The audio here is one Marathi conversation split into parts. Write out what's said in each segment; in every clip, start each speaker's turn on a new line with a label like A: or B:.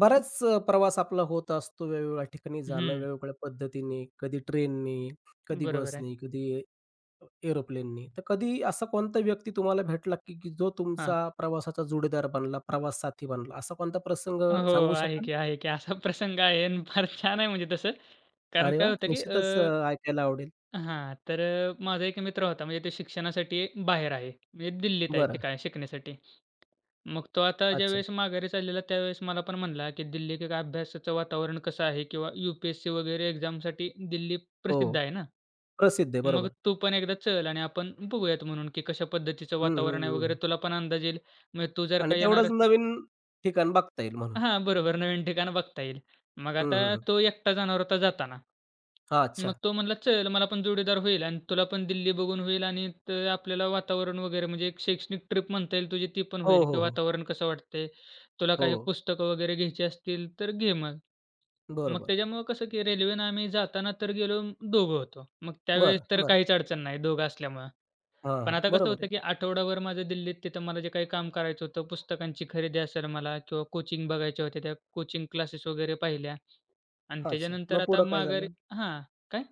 A: बराच प्रवास आपला होत असतो वेगवेगळ्या ठिकाणी जाणं,
B: हं,
A: वेगवेगळ्या पद्धतीने. कधी ट्रेनने, कधी
B: बरोबर आहे.
A: बसने, कधी एरोप्लेनने. तर कधी असा कोणता व्यक्ती तुम्हाला भेटला, की की जो
B: हां.
A: तुमचा प्रवासाचा जोडीदार बनला, प्रवास साथी बनला, असा कोणता प्रसंग
B: हो,
A: सांगू
B: आहे
A: शकाल?
B: की, आहे की. असा प्रसंग आहे आणि फार छान आहे म्हणजे तसं. कारण
A: अरे
B: काय
A: वाह!
B: होतं की
A: निश्चितच ऐकायला आवडेल.
B: हां, तर माझा एक मित्र होता म्हणजे तो शिक्षणासाठी बाहेर आहे. म्हणजे दिल्लीत आहे
A: बरं.
B: शिकण्यासाठी. मग तो आता
A: अच्छा.
B: ज्यावेळेस माघारी चाललेला त्यावेळेस मला पण म्हणला, की दिल्ली का अभ्यासाचं वातावरण कसं आहे किंवा यू-पी-एस-सी वगैरे एक्झामसाठी दिल्ली
A: हो.
B: प्रसिद्ध आहे ना.
A: प्रसिद्ध आहे.
B: मग
A: बरोबर.
B: तू पण एकदा चल आणि आपण बघूयात म्हणून, की कशा पद्धतीचं
A: हं, हं,
B: वातावरण आहे
A: हं,
B: वगैरे
A: हं.
B: तुला पण अंदाज येईल. म्हणजे तू जर
A: आणि
B: का येणार
A: तेवढंच नवीन ठिकाण बघता येईल म्हणून.
B: हां, बरोबर. नवीन ठिकाण बघता येईल. मग
A: हं,
B: आता
A: हं, हं.
B: तो एकटा जाणार होता जाताना.
A: अच्छा.
B: मग तो म्हणला, "चल, मला पण जोडीदार होईल आणि तुला पण दिल्ली बघून होईल आणि त आपल्याला वातावरण वगैरे म्हणजे एक शैक्षणिक ट्रिप म्हणता येईल तुझी ती पण
A: हो,
B: होईल
A: हो,
B: किंवा
A: हो.
B: वातावरण कसं वाटतंय. तुला
A: हो.
B: काही पुस्तकं वगैरे घ्यायची असतील तर घे मग." मग
A: बरोबर.
B: त्याच्यामुळं कसं की रेल्वेनं आम्ही जाताना तर गेलो दोघं होतो. मग
A: बरं,
B: त्यावेळेस तर
A: बरं.
B: काहीच अडचण नाही दोघं असल्यामुळं.
A: हां,
B: पण
A: हां.
B: आता कसं
A: बरोबर
B: होतं,
A: आहे.
B: की आठवडाभर माझं दिल्लीत तिथं मला जे काही काम करायचं होतं, पुस्तकांची खरेदी असेल मला किंवा कोचिंग बघायच्या होत्या, त्या कोचिंग क्लासेस वगैरे पाहिल्या आणि
A: अच्छा.
B: त्याच्यानंतर
A: मग
B: आता
A: पुढं काय
B: माघारी
A: झालं?
B: हां. काय?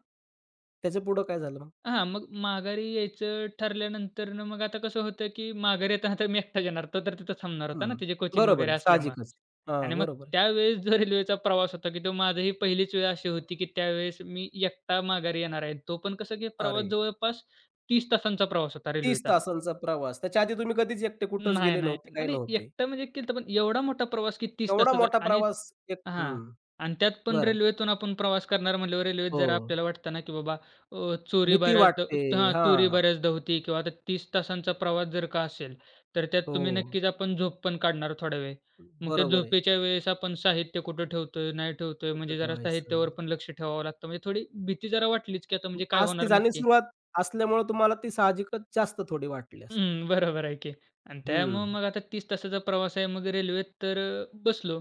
A: त्याच्या पुढं काय झालं मग?
B: हां, मग माघारी यायचं ठरल्यानंतरनं मग आता कसं होतं, की माघारी येताना तर मी एकटाच येणार. तो तर तिथं थांबणार होता
A: हं.
B: ना, त्याची कोचिंग
A: बरोबर
B: वगैरे
A: आहे.
B: असल्यामुळं
A: साहजिकच. हां,
B: आणि मग
A: बरोबर आहे.
B: त्यावेळेस जो रेल्वेचा प्रवास होता, की तो माझी ही पहिलीच वेळ अशी होती, की त्यावेळेस मी एकटा माघारी येणार आहे. तो पण कसं, की प्रवास
A: अरे!
B: जवळपास 30 तासांचा प्रवास होता
A: 30
B: रेल्वेचा.
A: तासांचा प्रवास. त्याच्या आधी तुम्ही कधीच एकटे कुठंच
B: नाही,
A: गेले
B: नाही.
A: नव्हते, काही
B: आणि
A: नव्हते.
B: एकटं म्हणजे केलं पण एवढा मोठा प्रवास की 30
A: एवढा
B: तासाचा
A: मोठा
B: आणि
A: प्रवास एक हं.
B: हां. आणि त्यात पण
A: बरं.
B: रेल्वेतून आपण प्रवास करणार म्हटल्यावर रेल्वेत
A: हो.
B: जरा आपल्याला वाटतं ना, की बाबा चोरी
A: भीती वाटते.
B: बऱ्याचदा हां, चोरी
A: हां.
B: बऱ्याचदा होती किंवा आता 30 तासांचा प्रवास जर का असेल, तर त्यात तुम्ही
A: हो.
B: नक्कीच आपण झोप पण काढणार थोडा वेळ. मग त्या
A: बरोबर आहे.
B: झोपेच्या वेळेस आपण साहित्य कुठं ठेवतोय, नाही ठेवतोय
A: कुठं
B: म्हणजे जरा
A: ठेवायचं?
B: साहित्यावर पण लक्ष ठेवावं लागतं. म्हणजे थोडी भीती जरा वाटलीच, की आता म्हणजे काय
A: आज ती
B: होणार नक्की?
A: जाणीव-सुरुवात असल्यामुळे तुम्हाला ती साहजिकच जास्त थोडी वाटली असेल.
B: हं, बरोबर आहे की. आणि त्यामुळं
A: हं.
B: मग आता 30 तासाचा प्रवास आहे. मग रेल्वेत तर बसलो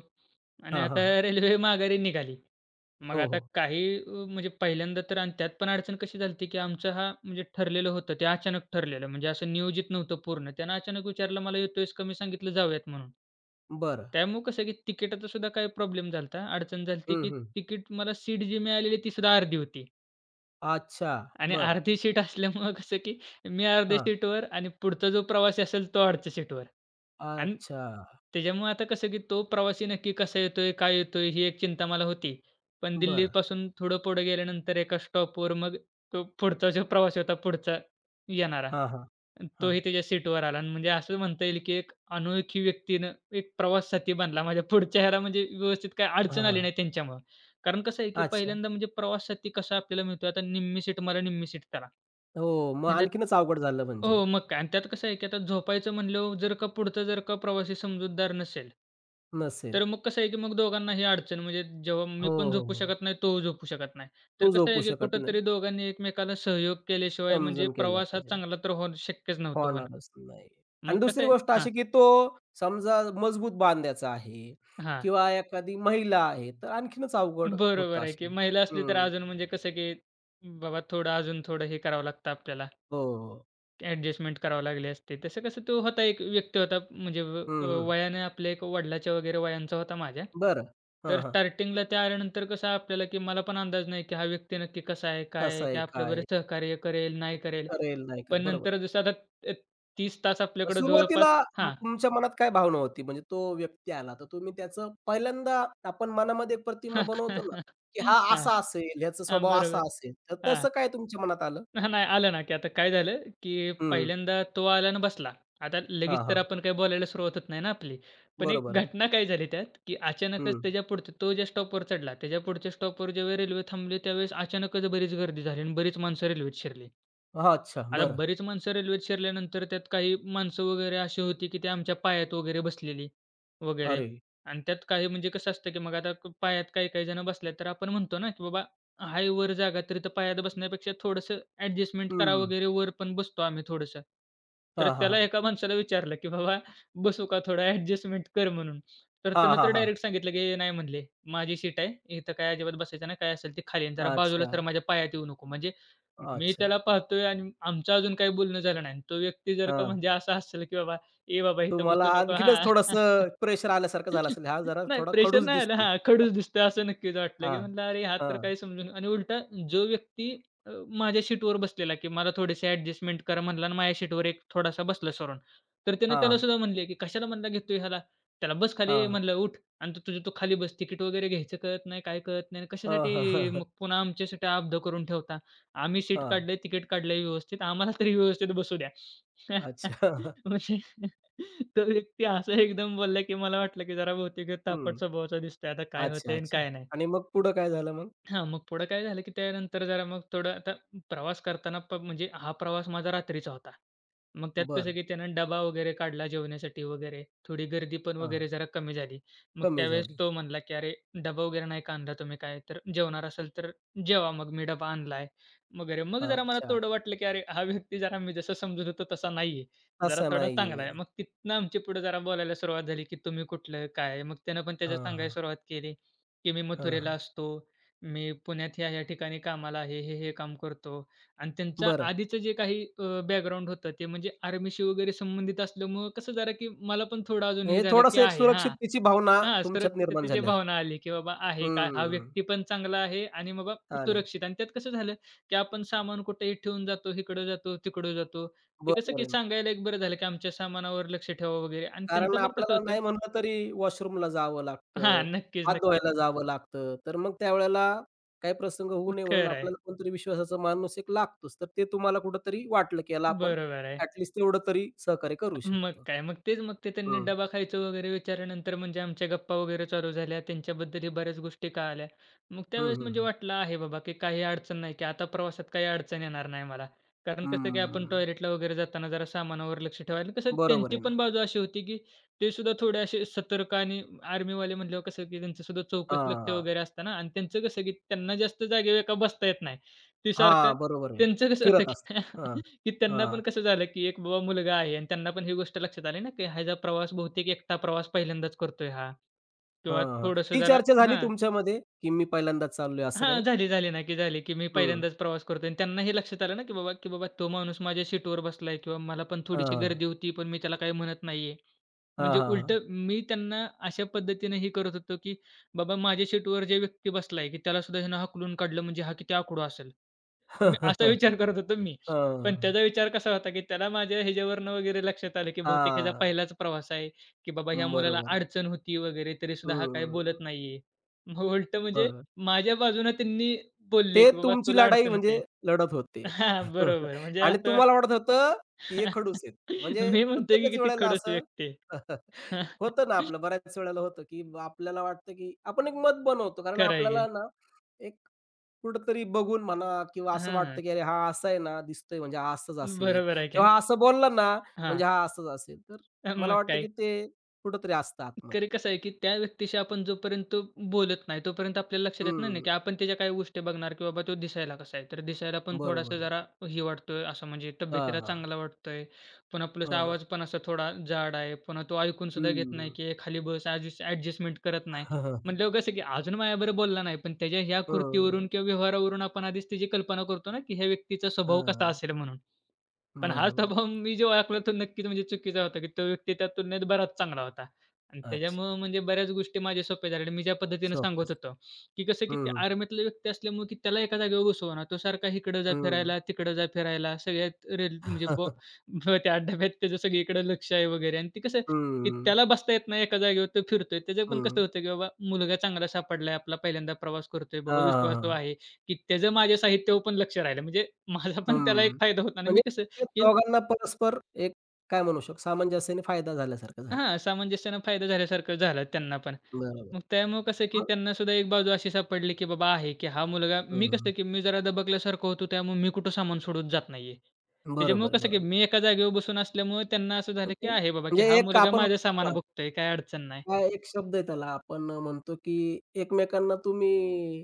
B: आणि
A: हां, हां,
B: आता
A: हां.
B: रेल्वे माघारी निघाली. मग
A: हो,
B: आता
A: हो.
B: काही म्हणजे पहिल्यांदा तर आणि त्यात पण अडचण कशी झाली होती, की आमचं हा म्हणजे ठरलेलं होतं, ते अचानक ठरलेलं. म्हणजे असं नियोजित नव्हतं पूर्ण. त्यानं अचानक विचारलं, "मला येतोयस का?" मी सांगितलं, "जाऊयात" म्हणून.
A: बरं.
B: त्यामुळं कसं, की तिकिटाचा सुद्धा काही प्रॉब्लेम झाला अडचण झाली
A: हं,
B: की
A: हं.
B: तिकीट मला सीट जी मिळालेली ती सुद्धा अर्धी होती.
A: अच्छा.
B: आणि
A: बरं.
B: अर्धी सीट असल्यामुळं कसं, की मी अर्ध्या
A: हां.
B: सीटवर आणि पुढचा जो प्रवासी असेल तो अडच्या सीटवर. आणि
A: अच्छा.
B: त्याच्यामुळे आता कसं, की तो प्रवासी नक्की कसा येतोय, काय येतोय ही एक चिंता मला होती. पण
A: बरं.
B: दिल्लीपासून थोडं पुढे गेल्यानंतर एका स्टॉपवर मग तो पुढचा जो प्रवासी होता, पुढचा येणारा,
A: हां, हां. हां.
B: तोही त्याच्या सीटवर आला आणि म्हणजे असं म्हणता येईल, की एक अनोळखी व्यक्तीनं एक प्रवाससाथी बनला माझ्या. पुढच्या ह्याला म्हणजे व्यवस्थित काही
A: हां,
B: अडचण
A: हां.
B: आली नाही त्यांच्यामुळं. कारण कसं आहे, की
A: अच्छा.
B: पहिल्यांदा म्हणजे प्रवाससाथी कसा आपल्याला मिळतो, आता निम्मी सीट मला, निम्मी सीट त्याला.
A: हो, मग
B: आणि त्यात
A: आणखीनच अवघड झालं म्हणजे.
B: हो, मग काय आणि त्यात कसं आहे, की आता झोपायचं म्हणल्यावर जर का पुढचा जर का प्रवासी समजूतदार नसेल,
A: नसेल.
B: तर मग कसं आहे, की मग दोघांनाही अडचण म्हणजे जेव्हा मी
A: हो,
B: पण
A: हो,
B: झोपू
A: हो.
B: शकत नाही, तो झोपू शकत नाही. तर
A: तो
B: कसं
A: झोपू
B: आहे, की
A: शकत नाही.
B: कुठेतरी दोघांनी एकमेकाला सहयोग केल्याशिवाय म्हणजे
A: समजून केला
B: प्रवास हा
A: पाहिजे.
B: चांगला तर होणं शक्यच नव्हतं होणं.
A: होणारच नाही. आणि
B: मग कसं
A: दुसरी
B: आहे
A: गोष्ट
B: हां,
A: अशी, की तो समजा मजबूत बांध्याचा आहे
B: हां.
A: किंवा एखादी महिला आहे, तर आणखीनच अवघड होतं
B: बरोबर आहे, की
A: अशी.
B: महिला असली तर
A: हं.
B: अजून म्हणजे कसं, की बाबा थोडं अजून थोडं हे करावं लागतं आपल्याला.
A: हो, हो.
B: ॲडजस्टमेंट करावं लागली असते. तसं कसं तो होता एक व्यक्ती होता म्हणजे
A: हं, हं.
B: वयाने आपल्या एक वडिलाच्या वगैरे वयांचा होता माझ्या.
A: बरं. हां,
B: तर
A: हां.
B: स्टार्टिंगला ते आल्यानंतर कसं आपल्याला, की मला पण अंदाज नाही, की हा व्यक्ती नक्की कसा आहे, काय
A: कसा
B: आहे, की
A: आहे, काय
B: आपल्याबरोबर
A: आहे?
B: सहकार्य करेल, नाही करेल.
A: करेल, नाही करेल.
B: पण
A: बरोबर.
B: नंतर जसं आता अ, 30 तास आपल्याकडे जवळपास
A: सुरुवातीला म
B: हां.
A: तुमच्या मनात काय भावना होती? म्हणजे तो व्यक्ती आला, तर तुम्ही त्याचं पहिल्यांदा आपण मनामध्ये एक प्रतिमा बनवतो ना, की हा
B: हां,
A: असा असेल, ह्याचा
B: हां,
A: स्वभाव असा
B: बरोबर.
A: असेल. तर
B: हां.
A: तसं काय तुमच्या मनात आलं?
B: हां, नाही आलं ना, की आता काय झालं, की
A: हं.
B: पहिल्यांदा तो आला आणि बसला. आता लगेच
A: हां,
B: तर
A: हां.
B: आपण काही बोलायला सुरुवात होत नाही ना आपली. पण एक
A: बरोबर आहे.
B: घटना काय झाली त्यात, की अचानकच
A: हं.
B: त्याच्या पुढचं तो ज्या स्टॉपवर चढला, त्याच्या पुढच्या स्टॉपवर ज्यावेळी रेल्वे थांबली त्यावेळेस अचानकच बरीच गर्दी झाली आणि बरीच माणसं रेल्वेत शिरली.
A: हां, अच्छा.
B: आता
A: बरं.
B: बरीच माणसं रेल्वेत शिरल्यानंतर त्यात काही माणसं वगैरे अशी होती, की ते आमच्या पायात वगैरे बसलेली वगैरे
A: अरे!
B: आणि त्यात काही म्हणजे कसं असतं, की मग आता पायात काही काही जण बसल्यात, तर आपण म्हणतो ना, की बाबा आहे वर जागा तरी तर पायात बसण्यापेक्षा थोडंसं ॲडजस्टमेंट करा
A: हं.
B: वगैरे, वर पण बसतो आम्ही थोडंसं. तर
A: हां, हां,
B: त्याला
A: हां.
B: एका माणसाला विचारलं, की "बाबा बसू का थोडं ॲडजस्टमेंट कर" म्हणून. तर
A: हां,
B: त्यानं
A: हां,
B: तर
A: हां.
B: डायरेक्ट सांगितलं, की "नाही," म्हणले, "माझी सीट आहे. इथं काय अजिबात बसायचं नाही. काय असेल ते खाली आणि जरा बाजूला
A: अच्छा,
B: सर माझ्या पायात येऊ नको." म्हणजे मी
A: अच्छा.
B: त्याला पाहतोय आणि आमचं अजून काही बोलणं झालं नाही. तो व्यक्ती जर का
A: हां.
B: म्हणजे असा असेल, की बाबा, "ए बाबा, इथं
A: तुम्हाला
B: बसू नको."
A: आणखीनच
B: हां.
A: थोडंसं प्रेशर आल्यासारखं झालं असेल. हा जरा
B: नाही
A: थोडा
B: प्रेशर
A: खडूस
B: नाही आलं.
A: दिसतोय.
B: हां, खडूस दिसतोय असं नक्कीच वाटलं, की
A: हां,
B: म्हणलं अरे हा तर
A: हां,
B: काही समजून आणि उलटा जो व्यक्ती अ, माझ्या सीटवर बसलेला, की मला थोडेसे ॲडजस्टमेंट करा म्हणला आणि माझ्या सीटवर एक थोडासा बसला सरून. तर त्याने
A: हां,
B: त्याला सुद्धा म्हणले, की "कशाला म्हणला घेतोय ह्याला? त्याला बस खाली
A: हां.
B: म्हणलं उठ आणि तू खाली बस. तिकीट वगैरे घ्यायचं कळत नाही, काय कळत नाही आणि कशासाठी
A: हं, हं, हं.
B: मग पुन्हा आमच्यासाठी अब्ध करून ठेवता? आम्ही सीट काढलंय, तिकीट काढलंय व्यवस्थित. आम्हाला तरी व्यवस्थित बसू द्या."
A: अच्छा.
B: म्हणजे तो व्यक्ती असं एकदम बोलला, की मला वाटलं, की जरा बहुतेक
A: हं.
B: तापट स्वभावाचा दिसतोय. आता काय
A: अच्छा,
B: होतंय आणि
A: अच्छा.
B: काय नाही.
A: आणि मग पुढं काय झालं मग?
B: हां, मग पुढं काय झालं, की त्यानंतर जरा मग थोडं आता प्रवास करताना म्हणजे हा प्रवास माझा रात्रीचा होता. मग त्यात कसं,
A: बर
B: की त्यानं डबा वगैरे काढला जेवण्यासाठी वगैरे. थोडी गर्दी पण
A: हां.
B: वगैरे जरा कमी झाली. मग
A: कमी
B: त्यावेळेस
A: झाली.
B: तो म्हणला, की "अरे, डबा वगैरे नाही का आणला तुम्ही काय? तर जेवणार असाल तर जेवा." मग मी डबा आणलाय वगैरे. मग जरा मला
A: अच्छा.
B: थोडं वाटलं, की "अरे, हा व्यक्ती जरा मी जसं समजत होतो तसा नाहीये. जरा
A: तसं
B: थोडा चांगला
A: नाहीये.
B: आहे." मग तिथनं आमची पुढे जरा बोलायला सुरुवात झाली, की "तुम्ही कुठलं? काय?" मग त्यानं पण त्याचं
A: हां,
B: सांगायला
A: हां.
B: सुरुवात केली, की "मी
A: हां,
B: मथुरेला
A: हां.
B: असतो." मी पुण्यात ह्या-ह्या ठिकाणी कामाला आहे, हे-हे काम करतो. आणि त्यांच्या
A: बरं.
B: आधीचं जे काही बॅकग्राऊंड होतं ते म्हणजे आर्मीशी वगैरे संबंधित असल्यामुळं कसं जरा की मला पण थोडं अजून हे
A: म्हणजे
B: झालं की
A: थोडंसं एक
B: आहे हां,
A: सुरक्षिततेची भावना
B: हां,
A: तुमच्यात निर्माण
B: सुरक्षिततेची
A: झाली असेल.
B: भावना आली की बाबा आहे का हा
A: हं.
B: व्यक्ती पण चांगला आहे आणि बाबा
A: छान आहे.
B: सुरक्षित. आणि त्यात कसं झालं की आपण सामान कुठेही ठेवून जातो, इकडं जातो, तिकडं जातो. ते कसं
A: बरोबर
B: की
A: आहे ना.
B: सांगायला एक बरं झालं की आमच्या सामानावर लक्ष ठेवा वगैरे आणि
A: कारण
B: त्यांचं पण कसं
A: आपल्याला
B: होतं
A: नाही म्हणलं तरी वॉशरूमला जावं
B: हां,
A: लागतं,
B: नक्कीच,
A: हात
B: नक्कीच.
A: धुवायला जावं लागतं. तर मग त्यावेळेला काही प्रसंग होऊ नये म्हणून
B: खरं आहे.
A: आपल्याला कोणतरी विश्वासाचा माणूस एक लागतोच. तर ते तुम्हाला कुठेतरी वाटलं, की याला आपण
B: बरोबर आहे.
A: ॲट तेवढं तरी सहकार्य करू
B: मग
A: शकतो.
B: काय. मग तेच मग ते त्यांनी
A: हं.
B: डबा खायचं वगैरे विचारल्यानंतर म्हणजे आमच्या गप्पा वगैरे चालू झाल्या. त्यांच्याबद्दलही बऱ्याच गोष्टी कळाल्या. मग
A: हं,
B: त्यावेळेस
A: हं,
B: म्हणजे
A: हं.
B: वाटलं आहे बाबा, की काही अडचण नाही, की आता प्रवासात काही अडचण येणार नाही मला. कारण कसं की आपण
A: हम्म.
B: टॉयलेटला वगैरे जाताना जरा सामानावर लक्ष ठेवायला कसं
A: बरोबर
B: त्यांची
A: आहे ना.
B: पण बाजू अशी होती, की ते सुद्धा थोडे असे सतर्क आणि आर्मीवाले म्हटल्यावर कसं की त्यांचं सुद्धा चौकस लक्ष
A: हां.
B: वगैरे असतं ना आणि त्यांचं कसं की त्यांना जास्त जागेवर का बसता येत नाही. ते सारखं
A: हां, बरोबर आहे.
B: त्यांचं कसं असतं
A: फिरत असतात. हां.
B: की की त्यांना
A: हां.
B: पण कसं झालं, की एक बाबा मुलगा आहे आणि त्यांना पण ही गोष्ट लक्षात आली ना, की ह्याचा प्रवास बहुतेक एकटा प्रवास पहिल्यांदाच करतोय हा
A: हां,
B: किंवा
A: हां.
B: थोडंसं
A: ती
B: जरा
A: चर्चा झाली
B: हां,
A: तुमच्यामध्ये, की मी पहिल्यांदाच चाललोय असं
B: हां,
A: काही?
B: झाली, झाली ना, की झाली, की मी
A: हं.
B: पहिल्यांदाच प्रवास करतोय आणि त्यांना हे लक्षात आलं ना, की बाबा, की बाबा तो माणूस माझ्या सीटवर बसलाय किंवा मला पण थोडीशी
A: हां.
B: गर्दी होती, पण मी त्याला काही म्हणत नाहीये.
A: हां,
B: म्हणजे
A: हां, हां.
B: उलटं मी त्यांना अशा पद्धतीने हे करत होतो, की बाबा माझ्या सीटवर जे व्यक्ती बसलाय, की त्याला सुद्धा ह्यानं हाकलून काढलं म्हणजे हा किती आकडू असेल. मी असा विचार करत होतो मी. पण
A: हां.
B: त्याचा विचार कसा होता, की त्याला माझ्या ह्याच्यावरनं वगैरे लक्षात आलं, की बहुतेक ह्याचा
A: हां.
B: पहिलाच प्रवास आहे, की बाबा ह्या मुलाला
A: बरोबर आहे.
B: अडचण होती वगैरे तरीसुद्धा हा काही
A: हं.
B: बोलत नाहीये. मग उलटं म्हणजे
A: बरोबर.
B: माझ्या बाजूनं त्यांनी बोलले,
A: ते
B: की "बाबा
A: तुमची
B: तुला
A: लढाई
B: अडचण होते."
A: म्हणजे लढत होते.
B: हां, बरोबर. म्हणजे
A: आणि
B: असं
A: तुम्हाला वाटत होतं,
B: वाटतं
A: की हे खडूस आहेत. म्हणजे
B: मी म्हणतोय, की
A: प्रत्येकच
B: किती
A: वेळेला
B: खडूस
A: असं
B: व्यक्ती आहे.
A: होतं ना आपलं बऱ्याच वेळेला होतं, की ब- आपल्याला वाटतं, की आपण एक मत बनवतो. कारण
B: खरं आहे
A: आपल्याला
B: की.
A: ना एक कुठेतरी बघून म्हणा किंवा असं
B: हां,
A: वाटतं, की अरे हा असा आहे ना, दिसतोय म्हणजे हा असंच असेल
B: बरोबर आहे की.
A: किंवा हा असं बोलला ना,
B: हां,
A: म्हणजे हा असंच असेल. तर मला
B: मग
A: वाटतं, की
B: काय?
A: ते कुठेतरी असतं आतमध्ये.
B: तरी कसं आहे, की त्या व्यक्तीशी आपण जोपर्यंत बोलत नाही, तोपर्यंत आपल्याला लक्षात येत नाही ना,
A: हं,
B: की आपण त्याच्या काही गोष्टी बघणार, की बाबा तो दिसायला कसा आहे. तर दिसायला पण
A: बरोबर
B: थोडासा
A: आहे.
B: जरा हे वाटतोय, असं म्हणजे
A: हां,
B: तब्येतीला
A: हां.
B: चांगला वाटतोय. पुन्हा प्लस आवाज पण असा थोडा जाड आहे. पुन्हा तो ऐकून सुद्धा
A: हं,
B: घेत नाही,
A: हं.
B: की हे खाली बस ॲडजस्टमेंट करत नाही. म्हटल्यावर कसं, की अजून माझ्याबरोबर बोलला नाही, पण त्याच्या ह्या कृतीवरून किंवा व्यवहारावरून आपण आधीच त्याची कल्पना करतो ना, की ह्या व्यक्तीचा स्वभाव कसा
A: हां,
B: असेल म्हणून. पण हा
A: बरोबर.
B: स्वभाव मी जो ओळखला तो नक्कीच म्हणजे चुकीचा होता, की तो व्यक्ती त्या तुलनेत बराच चांगला होता. आणि
A: अच्छा.
B: त्याच्यामुळं म्हणजे बऱ्याच गोष्टी माझ्या सोप्या झाल्या आणि मी ज्या पद्धतीनं सांगत
A: सोप्पच.
B: होतो, की कसं की ते
A: हं,
B: आर्मीतला व्यक्ती असल्यामुळे की त्याला एका जागेवर घुसवणार. तो सारखा इकडं जा
A: हं.
B: फिरायला, तिकडं जा फिरायला, सगळ्यात रेल म्हणजे ब ब- त्या डब्यात त्याचं सगळीकडे लक्ष आहे वगैरे आणि ते कसं की
A: हं,
B: त्याला बसता येत नाही एका जागेवर, तो फिरतोय. त्याचं पण कसं
A: हं.
B: होतं, की बाबा मुलगा चांगला सापडलाय, आपला पहिल्यांदा प्रवास करतोय, बाबा विश्वास तो
A: हां,
B: आहे, की त्याचं माझ्या साहित्यावर पण लक्ष राहिलं. म्हणजे माझा पण त्याला एक
A: हं.
B: फायदा होता आणि
A: म्हणजे
B: मी कसं
A: ते
B: की
A: दोघांना परस्पर एक काय म्हणू शकतो सामंजस्याने फायदा झाल्यासारखं झालं.
B: हां, सामंजस्यानं फायदा झाल्यासारखं झालं त्यांना पण.
A: बरोबर.
B: मग त्यामुळं कसं की
A: मग
B: त्यांना सुद्धा एक बाजू अशी सापडली की बाबा आहे की हा मुलगा मी
A: हं,
B: कसं की मी जरा दबकल्यासारखं होतो त्यामुळे मी कुठं सामान सोडून जात नाहीये. त्याच्यामुळं
A: बरोबर आहे,
B: कसं की
A: बरोबर.
B: मी एका जागेवर बसून असल्यामुळे त्यांना असं झालं की
A: म्हणजे
B: आहे बाबा की
A: म्हणजे
B: हा
A: एक
B: मुलगा
A: आपण
B: माझ्या
A: म्हणतो
B: सामान
A: ना,
B: बघतोय, काही अडचण नाही.
A: काय एक शब्द आहे त्याला आपण म्हणतो, की एकमेकांना तुम्ही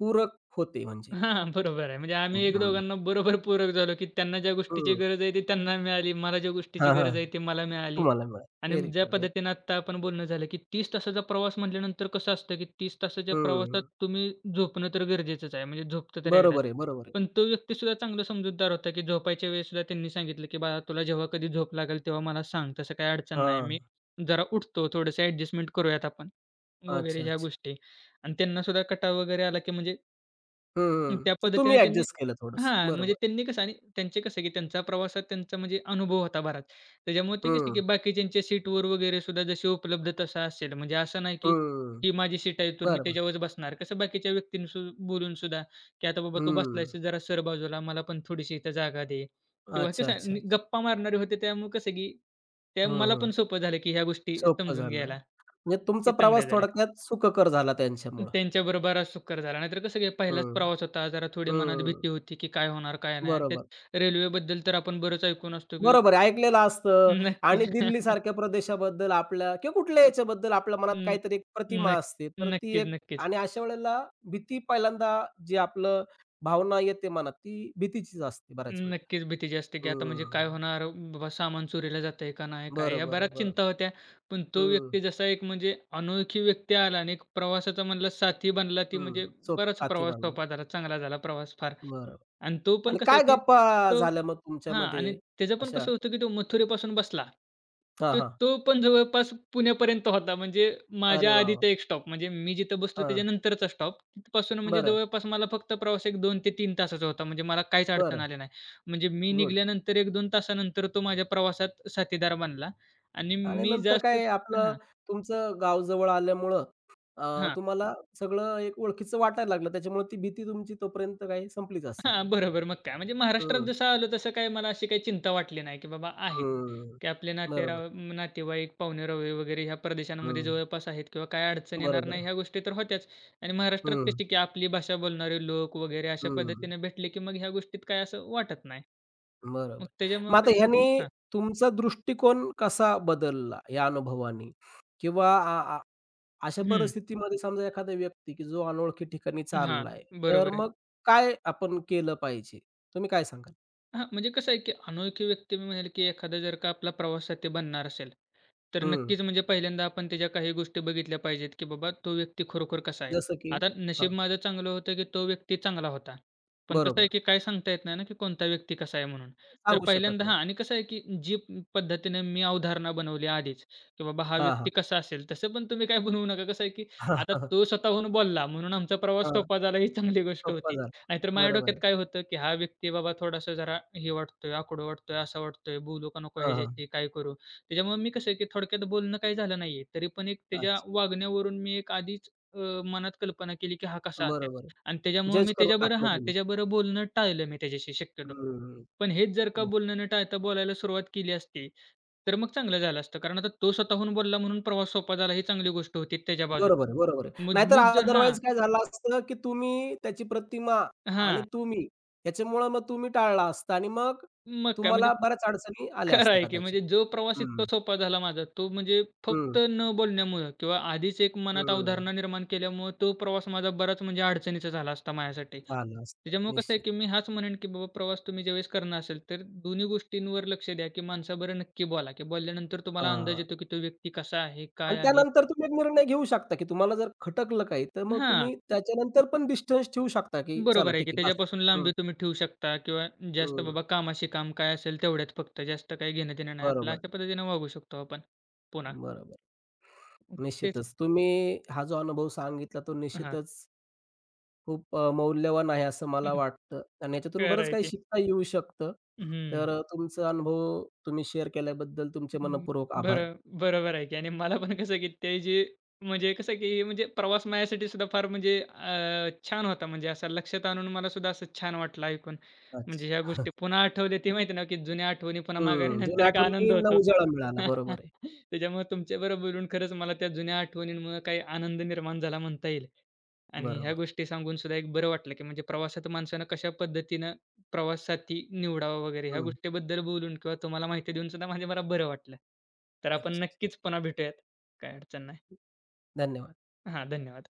A: पूरक होते म्हणजे.
B: हां, बरोबर आहे. म्हणजे आम्ही एक
A: हं,
B: दोघांना बरोबर पूरक झालो, की त्यांना ज्या गोष्टीची
A: हं.
B: गरज आहे ती त्यांना मिळाली. मला ज्या गोष्टीची
A: हां, हां.
B: गरज आहे ती मला मिळाली.
A: तुम्हाला मिळालं.
B: आणि
A: व्हेरी
B: ज्या
A: गुड, व्हेरी
B: पद्धतीनं आत्ता आपण बोलणं झालं, की 30 तासाचा प्रवास म्हटल्यानंतर कसं असतं, की 30 तासाच्या
A: हं,
B: प्रवासात तुम्ही झोपणं तर गरजेचंच आहे. म्हणजे झोपतं तर एकदाच.
A: बरोबर आहे, बरोबर आहे.
B: पण तो व्यक्तीसुद्धा चांगला समजूतदार होता, की झोपायच्या वेळेससुद्धा त्यांनी सांगितलं, की "बाळा तुला जेव्हा कधी झोप लागेल तेव्हा मला सांग. तसं काही अडचण नाही.
A: हां.
B: मी जरा उठतो. थोडंसं ॲडजस्टमेंट करूयात आपण." वगैरे
A: अच्छा,
B: ह्या
A: अच्छा.
B: गोष्टी आणि त्यांना सुद्धा कटाव वगैरे आला, की म्हणजे
A: हं, हं.
B: त्या
A: तर तुम्ही
B: पद्धतीने त्यांनी
A: ॲडजस्ट केलं थोडंसं.
B: हां, म्हणजे
A: बरोबर.
B: त्यांनी कसं आणि त्यांचे कसं, की त्यांचा प्रवासात त्यांचा म्हणजे अनुभव होता बराच. त्याच्यामुळे ते कसं, की
A: हं,
B: बाकीच्यांच्या सीटवर वगैरे सुद्धा जशी उपलब्ध तसा असेल. म्हणजे असं नाही, की
A: हं.
B: ही माझी सीट आहे तर मी
A: बरोबर.
B: त्याच्यावरच बसणार. कसं बाकीच्या व्यक्तींनी सु बोलून सुद्धा, की "आता बाबा तू
A: हं.
B: बसलायस जरा सर बाजूला, मला पण थोडीशी इथं जागा दे." किंवा
A: अच्छा,
B: कसं आहे,
A: अच्छा, अच्छा.
B: नि गप्पा मारणारे होते त्यामुळे कसं, की त्या
A: हं,
B: मला
A: हं.
B: पण सोपं झालं, की ह्या गोष्टी
A: सोपं
B: समजून
A: झालं.
B: घ्यायला.
A: म्हणजे तुमचा
B: ते चांगल्या
A: प्रवास
B: झाल्या.
A: थोडक्यात सुखकर झाला त्यांच्यामुळं.
B: त्यांच्याबरोबर आज सुखकर झाला. नाहीतर कसं की पहिलाच
A: हं,
B: प्रवास होता. जरा थोडी मनात
A: हं.
B: भीती होती, की काय होणार, काय नाही. आणि
A: बरोबर.
B: त्यात रेल्वेबद्दल तर आपण बरंच ऐकून असतो, की
A: बरोबर आहे. ऐकलेलं असतं
B: नक्की
A: आणि दिल्लीसारख्या प्रदेशाबद्दल आपल्या किंवा कुठल्या याच्याबद्दल आपल्या मनात
B: न
A: काहीतरी एक प्रतिमा
B: नक्क
A: असते. तर ती
B: नक्कीच,
A: एक
B: नक्कीच.
A: आणि अशा वेळेला भीती पहिल्यांदा जी आपलं भावना येते मनात, ती भीतीचीच असते बऱ्याच वेळेला.
B: नक्कीच भीती जी असते, की आता म्हणजे काय
A: हं.
B: होणार? बाबा सामान चोरीला जातंय का नाही? काय? ह्या
A: बरोबर आहे,
B: बऱ्याच
A: बरोबर.
B: चिंता होत्या. पण तो
A: हं,
B: व्यक्ती जसा एक म्हणजे अनोळखी व्यक्ती आला आणि एक प्रवासाचा म्हणला साथी बनला, ती
A: हं.
B: म्हणजे
A: सोब
B: बराच
A: साथी
B: प्रवास
A: बनला.
B: सोपा झाला, चांगला झाला प्रवास फार.
A: बरोबर.
B: आणि तो पण
A: आणि
B: कसा,
A: काय
B: की
A: गप्पा
B: तो
A: झाल्या मग
B: हां, आणि
A: तुमच्यामध्ये
B: त्याचं पण
A: अशा?
B: कसं होतं, की तो मथुरेपासून बसला.
A: हां,
B: तो
A: हां.
B: तो पण जवळपास पुण्यापर्यंत होता. म्हणजे
A: अरे
B: माझ्या
A: वाह! वाह!
B: आधीचा एक स्टॉप म्हणजे मी जिथं बसलो
A: हां.
B: त्याच्यानंतरचा स्टॉप. तिथपासून म्हणजे
A: बरं,
B: जवळपास मला फक्त प्रवास एक 2 ते 3 तासाचा होता. म्हणजे मला काहीच अडचण
A: बरं.
B: आली नाही. म्हणजे मी
A: गुड.
B: निघाल्यानंतर 1-2 तासानंतर तो माझ्या प्रवासात साथीदार बनला आणि
A: आणि
B: मी
A: नंतर
B: जास्त
A: काय आपलं
B: हां,
A: तुमचं गाव जवळ आल्यामुळं
B: हां,
A: तुम्हाला सगळं एक ओळखीचं वाटायला लागलं. त्याच्यामुळे ती भीती तुमची तोपर्यंत काही संपलीच असेल.
B: हां, बरोबर. मग काय म्हणजे महाराष्ट्रात
A: हं,
B: जसं आलो तसं काही मला अशी काही चिंता वाटली नाही, की बाबा आहे.
A: हं.
B: की आपले
A: बरोबर.
B: नातेराव नातेवाईक, पाहुणे-रावळे वगैरे ह्या प्रदेशांमध्ये
A: हं.
B: जवळपास आहेत किंवा काय अडचण येणार नाही
A: बरोबर.
B: ह्या गोष्टी तर होत्याच. आणि महाराष्ट्रात
A: हं,
B: कशी की आपली भाषा बोलणारे लोक वगैरे अशा
A: हं.
B: पद्धतीने भेटले की मग ह्या गोष्टीत काय असं वाटत नाही. मग
A: बरोबर. मग
B: त्याच्यामुळं
A: आता
B: काय
A: ह्याने
B: हां.
A: तुमचा दृष्टिकोन कसा बदलला या अनुभवाने? किंवा आ आ अशा
B: हं.
A: परिस्थितीमध्ये समजा एखादा व्यक्ती की जो अनोळखी ठिकाणी
B: हां.
A: चाललाय, तर
B: बरोबर आहे.
A: मग काय आपण केलं पाहिजे? तुम्ही काय सांगाल?
B: हां, म्हणजे कसं आहे, की अनोळखी व्यक्ती मी म्हणेल, की एखादा जर का आपला प्रवाससाथी बनणार असेल, तर
A: हं.
B: नक्कीच म्हणजे पहिल्यांदा आपण त्याच्या काही गोष्टी बघितल्या पाहिजेत, की बाबा तो व्यक्ती खरोखर कसा आहे.
A: जसं की
B: आता
A: हां,
B: नशीब माझं चांगलं होतं, की तो व्यक्ती चांगला होता. पण कसं आहे,
A: बरोबर.
B: की काय सांगता येत नाही ना, की कोणता व्यक्ती कसा आहे म्हणून. तर
A: सांगू शकत
B: पहिल्यांदा
A: नाही.
B: हां आणि कसं आहे, की जी पद्धतीने मी अवधारणा बनवली आधीच, की बाबा हा
A: हां,
B: व्यक्ती
A: हां.
B: कसा असेल, तसं पण तुम्ही काय बनवू नका. कसं आहे, की आता तो स्वतःहून बोलला म्हणून आमचा प्रवास
A: हां,
B: सोपा झाला ही चांगली गोष्ट
A: सोप्पा
B: होती.
A: झाला.
B: नाहीतर माझ्या
A: बरोबर
B: डोक्यात
A: आहे.
B: काय होतं, की हा व्यक्ती बाबा थोडासा जरा हे वाटतोय, आकडून वाटतोय, असा वाटतोय, बोलू का नको
A: हां, हां.
B: ह्याच्याशी, काय करू? त्याच्यामुळे मी कसं आहे, की थोडक्यात बोलणं काही झालं नाहीये. तरी पण एक त्याच्या
A: अच्छा.
B: वागण्यावरून मी एक आधीच मनात कल्पना केली, की हा कसा असेल
A: बरोबर
B: आणि त्याच्यामुळे
A: जज
B: मी
A: करून
B: त्याच्याबरोबर
A: टाकलं
B: हां,
A: तुम्ही.
B: त्याच्याबरोबर बोलणं टाळलं मी त्याच्याशी शक्यतो.
A: हं,
B: पण हेच जर का बोलणं न टाळता बोलायला सुरुवात केली असती, तर मग चांगलं झालं असतं. कारण आता तो स्वतःहून बोलला म्हणून प्रवास सोपा झाला ही चांगली गोष्ट होती त्याच्या बाजूने.
A: बरोबर आहे, बरोबर आहे.
B: मग
A: नाहीतर
B: मीच जर हां,
A: अदरवाईज काय झालं असतं, की तुम्ही त्याची प्रतिमा आणि
B: हां.
A: तुम्ही ह्याच्यामुळं मग तुम्ही टाळला असता आणि मग
B: मग काय म्हणजे
A: तुम्हाला बऱ्याच अडचणी आल्या
B: खरं आहे
A: असत्या
B: की
A: कदाचित.
B: म्हणजे जो प्रवास
A: हं,
B: इतका सोपा झाला माझा, तो म्हणजे
A: हं,
B: फक्त न बोलण्यामुळं किंवा आधीच एक मनात
A: हं.
B: अवधारणा निर्माण केल्यामुळं तो प्रवास माझा बराच म्हणजे अडचणीचा झाला असता माझ्यासाठी.
A: झालं असतं
B: त्याच्यामुळं कसं आहे
A: निश्चित.
B: की मी हाच म्हणेन की बाबा प्रवास तुम्ही ज्यावेळेस करणार असेल, तर दोन्ही गोष्टींवर लक्ष द्या की माणसाबरोबर नक्की बोला, की बोलल्यानंतर तुम्हाला अंदाज
A: हां.
B: येतो की तो व्यक्ती कसा आहे,
A: आणि
B: काय आहे?
A: त्यानंतर तुम्ही एक निर्णय घेऊ शकता, की तुम्हाला जर खटकलं काही, तर मग
B: हां,
A: तुम्ही त्याच्यानंतर पण डिस्टन्स ठेवू शकता, की चला
B: बरोबर आहे की
A: ठीक आहे बस.
B: त्याच्यापासून
A: हं,
B: लांबी तुम्ही ठेवू शकता किंवा जास्त
A: हं.
B: बाबा कामाशी काम काय असेल तेवढ्यात फक्त, जास्त काही घेणं-देणं नाही. आपलं
A: बरोबर,
B: अशा पद्धतीनं वागू शकतो आपण पुन्हा.
A: बरोबर.
B: तेच
A: निश्चितच. तुम्ही हा जो अनुभव सांगितला तो
B: हां.
A: निश्चितच खूप मौल्यवान आहे असं मला
B: हं,
A: वाटतं आणि याच्यातून
B: खरं
A: बरंच
B: आहे
A: काही
B: की.
A: शिकता येऊ शकतं.
B: हं.
A: तर तुमचा अनुभव तुम्ही शेअर केल्याबद्दल तुमचे
B: हं.
A: मनःपूर्वक आभार.
B: बरं, बरोबर आहे की आणि मला पण कसं की ते जे म्हणजे कसं की म्हणजे प्रवास माझ्यासाठी सुद्धा फार म्हणजे छान होता. म्हणजे असं लक्षात आणून मला सुद्धा असं छान वाटलं ऐकून. म्हणजे
A: अच्छा.
B: ह्या गोष्टी पुन्हा आठवल्या ते माहिती आहे ना, की जुन्या आठवणी पुन्हा माघारी
A: हं.
B: नंतर
A: जुन्या
B: एक आनंद
A: आठवणींना
B: होतो.
A: उजाळा मिळाला. बरोबर आहे.
B: त्याच्यामुळे तुमच्याबरोबर बोलून खरंच मला त्या जुन्या आठवणींमुळे काही आनंद निर्माण झाला म्हणता येईल. आणि ह्या
A: बरोबर.
B: गोष्टी सांगून सुद्धा एक बरं वाटलं, की म्हणजे प्रवासात माणसानं कशा पद्धतीनं प्रवास साथी निवडावा वगैरे ह्या
A: हं.
B: गोष्टीबद्दल बोलून किंवा तुम्हाला माहिती देऊन सुद्धा माझ्या मला बरं वाटलं. तर
A: अच्छा,
B: आपण
A: अच्छा.
B: नक्कीच पुन्हा भेटूयात. काही अडचण नाही.
A: धन्यवाद.
B: हां, धन्यवाद.